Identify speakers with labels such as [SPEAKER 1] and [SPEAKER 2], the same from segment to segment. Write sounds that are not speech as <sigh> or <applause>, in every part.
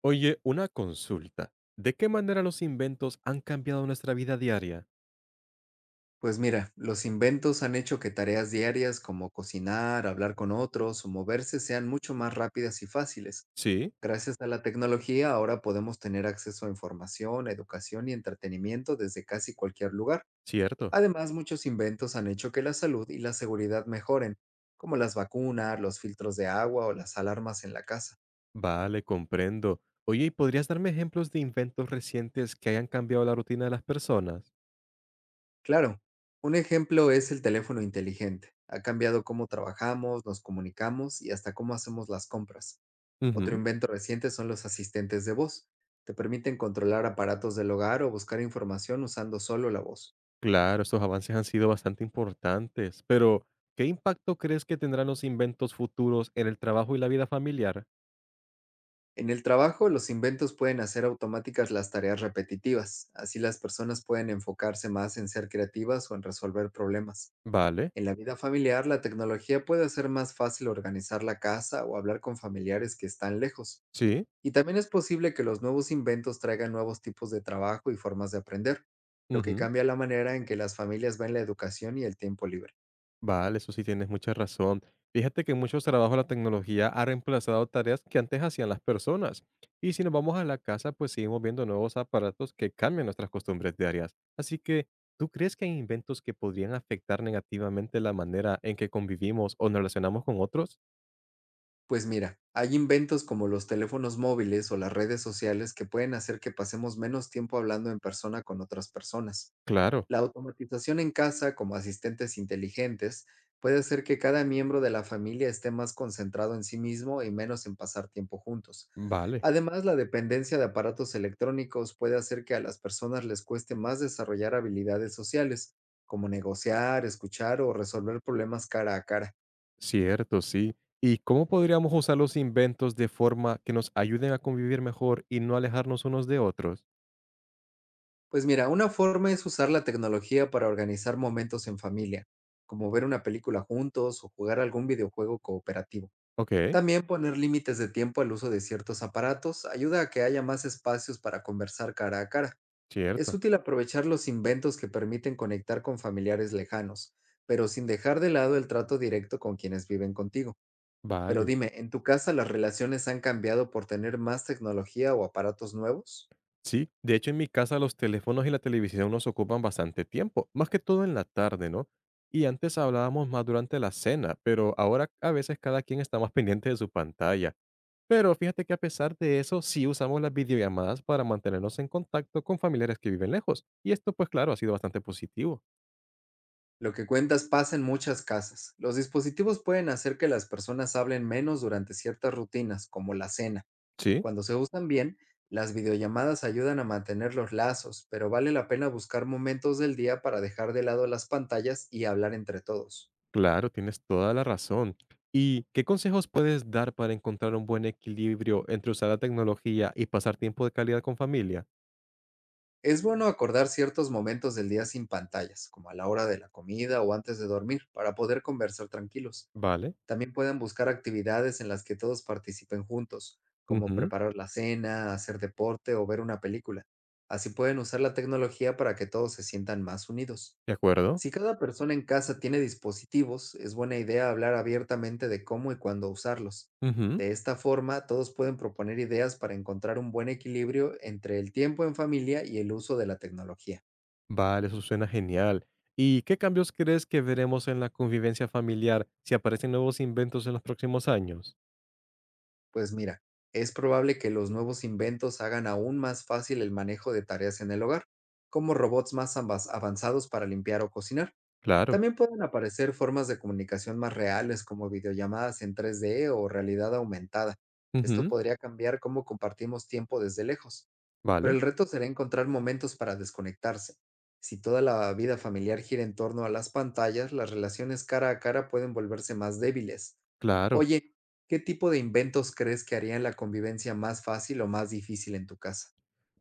[SPEAKER 1] Oye, una consulta. ¿De qué manera los inventos han cambiado nuestra vida diaria?
[SPEAKER 2] Pues mira, los inventos han hecho que tareas diarias como cocinar, hablar con otros o moverse sean mucho más rápidas y fáciles.
[SPEAKER 1] Sí,
[SPEAKER 2] Gracias a la tecnología ahora podemos tener acceso a información, educación y entretenimiento desde casi cualquier lugar.
[SPEAKER 1] cierto.
[SPEAKER 2] Además, muchos inventos han hecho que la salud y la seguridad mejoren, como las vacunas, los filtros de agua o las alarmas en la casa.
[SPEAKER 1] Vale, comprendo. Oye, ¿y podrías darme ejemplos de inventos recientes que hayan cambiado la rutina de las personas?
[SPEAKER 2] Claro, un ejemplo es el teléfono inteligente. Ha cambiado cómo trabajamos, nos comunicamos y hasta cómo hacemos las compras. Otro
[SPEAKER 1] Ujú.
[SPEAKER 2] invento reciente son los asistentes de voz. Te permiten controlar aparatos del hogar o buscar información usando solo la voz.
[SPEAKER 1] Claro, estos avances han sido bastante importantes, pero ¿qué impacto crees que tendrán los inventos futuros en el trabajo y la vida familiar?
[SPEAKER 2] En el trabajo, los inventos pueden hacer automáticas las tareas repetitivas. Así las personas pueden enfocarse más en ser creativas o en resolver problemas.
[SPEAKER 1] Vale,
[SPEAKER 2] En la vida familiar, la tecnología puede hacer más fácil organizar la casa o hablar con familiares que están lejos.
[SPEAKER 1] sí.
[SPEAKER 2] Y también es posible que los nuevos inventos traigan nuevos tipos de trabajo y formas de aprender, lo que
[SPEAKER 1] Ujú.
[SPEAKER 2] cambia la manera en que las familias ven la educación y el tiempo libre.
[SPEAKER 1] Vale, eso sí tienes mucha razón. Fíjate que en muchos trabajos la tecnología ha reemplazado tareas que antes hacían las personas. Y si nos vamos a la casa, pues seguimos viendo nuevos aparatos que cambian nuestras costumbres diarias. Así que, ¿tú crees que hay inventos que podrían afectar negativamente la manera en que convivimos o nos relacionamos con otros?
[SPEAKER 2] Pues mira, hay inventos como los teléfonos móviles o las redes sociales que pueden hacer que pasemos menos tiempo hablando en persona con otras personas.
[SPEAKER 1] Claro,
[SPEAKER 2] La automatización en casa, como asistentes inteligentes, puede hacer que cada miembro de la familia esté más concentrado en sí mismo y menos en pasar tiempo juntos.
[SPEAKER 1] vale,
[SPEAKER 2] Además, la dependencia de aparatos electrónicos puede hacer que a las personas les cueste más desarrollar habilidades sociales, como negociar, escuchar o resolver problemas cara a cara.
[SPEAKER 1] cierto, sí. ¿Y cómo podríamos usar los inventos de forma que nos ayuden a convivir mejor y no alejarnos unos de otros?
[SPEAKER 2] Pues mira, una forma es usar la tecnología para organizar momentos en familia, como ver una película juntos o jugar algún videojuego cooperativo.
[SPEAKER 1] Ok,
[SPEAKER 2] También poner límites de tiempo al uso de ciertos aparatos ayuda a que haya más espacios para conversar cara a cara. Es
[SPEAKER 1] cierto,
[SPEAKER 2] útil aprovechar los inventos que permiten conectar con familiares lejanos, pero sin dejar de lado el trato directo con quienes viven contigo. Pero
[SPEAKER 1] vale.
[SPEAKER 2] dime, ¿en tu casa las relaciones han cambiado por tener más tecnología o aparatos nuevos?
[SPEAKER 1] Sí, de hecho en mi casa los teléfonos y la televisión nos ocupan bastante tiempo, más que todo en la tarde, ¿no? Y antes hablábamos más durante la cena, pero ahora a veces cada quien está más <laughs> pendiente de su pantalla. Pero fíjate que a pesar de eso, sí usamos las videollamadas para mantenernos en contacto con familiares que viven lejos. Y esto, pues claro, ha sido bastante positivo.
[SPEAKER 2] Lo que cuentas pasa en muchas casas. Los dispositivos pueden hacer que las personas hablen menos durante ciertas rutinas, como la cena.
[SPEAKER 1] Sí,
[SPEAKER 2] Cuando se usan bien, las videollamadas ayudan a mantener los lazos, pero vale la pena buscar momentos del día para dejar de lado las pantallas y hablar entre todos.
[SPEAKER 1] claro, tienes toda la razón. ¿Y qué consejos puedes dar para encontrar un buen equilibrio entre usar la tecnología y pasar tiempo de calidad con familia?
[SPEAKER 2] Es bueno acordar ciertos momentos del día sin pantallas, como a la hora de la comida o antes de dormir, para poder conversar tranquilos.
[SPEAKER 1] Vale.
[SPEAKER 2] También pueden buscar actividades en las que todos participen juntos, como
[SPEAKER 1] Ujú.
[SPEAKER 2] preparar la cena, hacer deporte o ver una película. Así pueden usar la tecnología para que todos se sientan más unidos.
[SPEAKER 1] De acuerdo.
[SPEAKER 2] Si cada persona en casa tiene dispositivos, es buena idea hablar abiertamente de cómo y cuándo usarlos.
[SPEAKER 1] Ujú.
[SPEAKER 2] De esta forma, todos pueden proponer ideas para encontrar un buen equilibrio entre el tiempo en familia y el uso de la tecnología.
[SPEAKER 1] Vale, eso suena genial. ¿Y qué cambios crees que veremos en la convivencia familiar si aparecen nuevos inventos en los próximos años?
[SPEAKER 2] Pues mira, es probable que los nuevos inventos hagan aún más fácil el manejo de tareas en el hogar, como robots más avanzados para limpiar o cocinar.
[SPEAKER 1] Claro.
[SPEAKER 2] También pueden aparecer formas de comunicación más reales como videollamadas en 3D o realidad aumentada. Esto
[SPEAKER 1] Ujú.
[SPEAKER 2] podría cambiar cómo compartimos tiempo desde lejos, pero
[SPEAKER 1] Vale,
[SPEAKER 2] el reto será encontrar momentos para desconectarse. Si toda la vida familiar gira en torno a las pantallas, las relaciones cara a cara pueden volverse más débiles.
[SPEAKER 1] claro.
[SPEAKER 2] Oye, ¿qué tipo de inventos crees que harían la convivencia más fácil o más difícil en tu casa?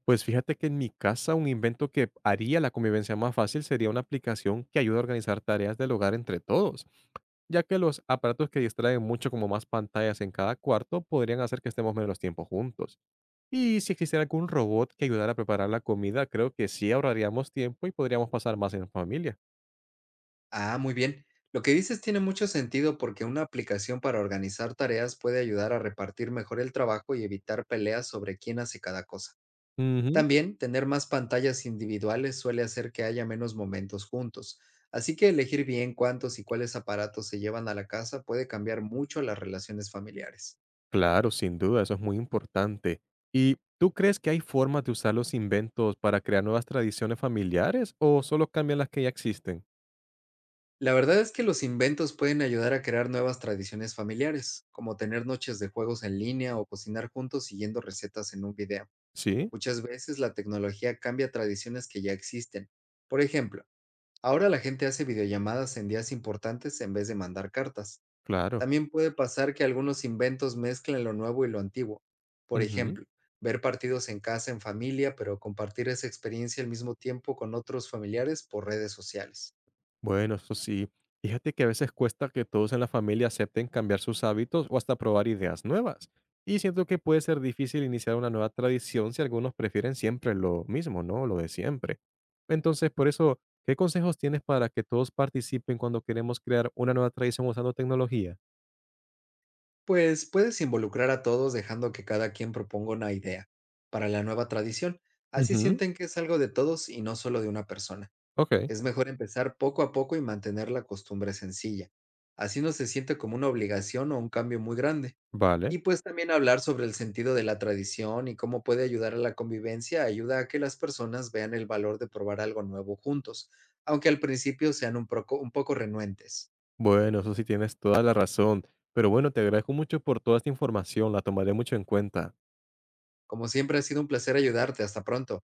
[SPEAKER 1] Pues fíjate que en mi casa un invento que haría la convivencia más fácil sería una aplicación que ayuda a organizar tareas del hogar entre todos, ya que los aparatos que distraen mucho como más pantallas en cada cuarto podrían hacer que estemos menos tiempo juntos. Y si existiera algún robot que ayudara a preparar la comida, creo que sí ahorraríamos tiempo y podríamos pasar más en familia.
[SPEAKER 2] Ah, muy bien. Lo que dices tiene mucho sentido porque una aplicación para organizar tareas puede ayudar a repartir mejor el trabajo y evitar peleas sobre quién hace cada cosa.
[SPEAKER 1] Ujú.
[SPEAKER 2] También, tener más pantallas individuales suele hacer que haya menos momentos juntos. Así que elegir bien cuántos y cuáles aparatos se llevan a la casa puede cambiar mucho las relaciones familiares.
[SPEAKER 1] Claro, sin duda, eso es muy importante. ¿Y tú crees que hay formas de usar los inventos para crear nuevas tradiciones familiares o solo cambian las que ya existen?
[SPEAKER 2] La verdad es que los inventos pueden ayudar a crear nuevas tradiciones familiares, como tener noches de juegos en línea o cocinar juntos siguiendo recetas en un video.
[SPEAKER 1] Sí,
[SPEAKER 2] Muchas veces la tecnología cambia tradiciones que ya existen. Por ejemplo, ahora la gente hace videollamadas en días importantes en vez de mandar cartas.
[SPEAKER 1] claro.
[SPEAKER 2] También puede pasar que algunos inventos mezclen lo nuevo y lo antiguo. Por
[SPEAKER 1] Ujú.
[SPEAKER 2] ejemplo, ver partidos en casa en familia, pero compartir esa experiencia al mismo tiempo con otros familiares por redes sociales.
[SPEAKER 1] Bueno, eso sí. Fíjate que a veces cuesta que todos en la familia acepten cambiar sus hábitos o hasta probar ideas nuevas. Y siento que puede ser difícil iniciar una nueva tradición si algunos prefieren siempre lo mismo, ¿no? Lo de siempre. Entonces, por eso, ¿qué consejos tienes para que todos participen cuando queremos crear una nueva tradición usando tecnología?
[SPEAKER 2] Pues puedes involucrar a todos dejando que cada quien proponga una idea para la nueva tradición. Así
[SPEAKER 1] Ujú,
[SPEAKER 2] sienten que es algo de todos y no solo de una persona.
[SPEAKER 1] ok,
[SPEAKER 2] Es mejor empezar poco a poco y mantener la costumbre sencilla. Así no se siente como una obligación o un cambio muy grande.
[SPEAKER 1] vale.
[SPEAKER 2] Y pues también hablar sobre el sentido de la tradición y cómo puede ayudar a la convivencia ayuda a que las personas vean el valor de probar algo nuevo juntos, aunque al principio sean un poco renuentes.
[SPEAKER 1] Bueno, eso sí tienes toda la razón. Pero bueno, te agradezco mucho por toda esta información, la tomaré mucho en cuenta.
[SPEAKER 2] Como siempre ha sido un placer ayudarte. Hasta pronto.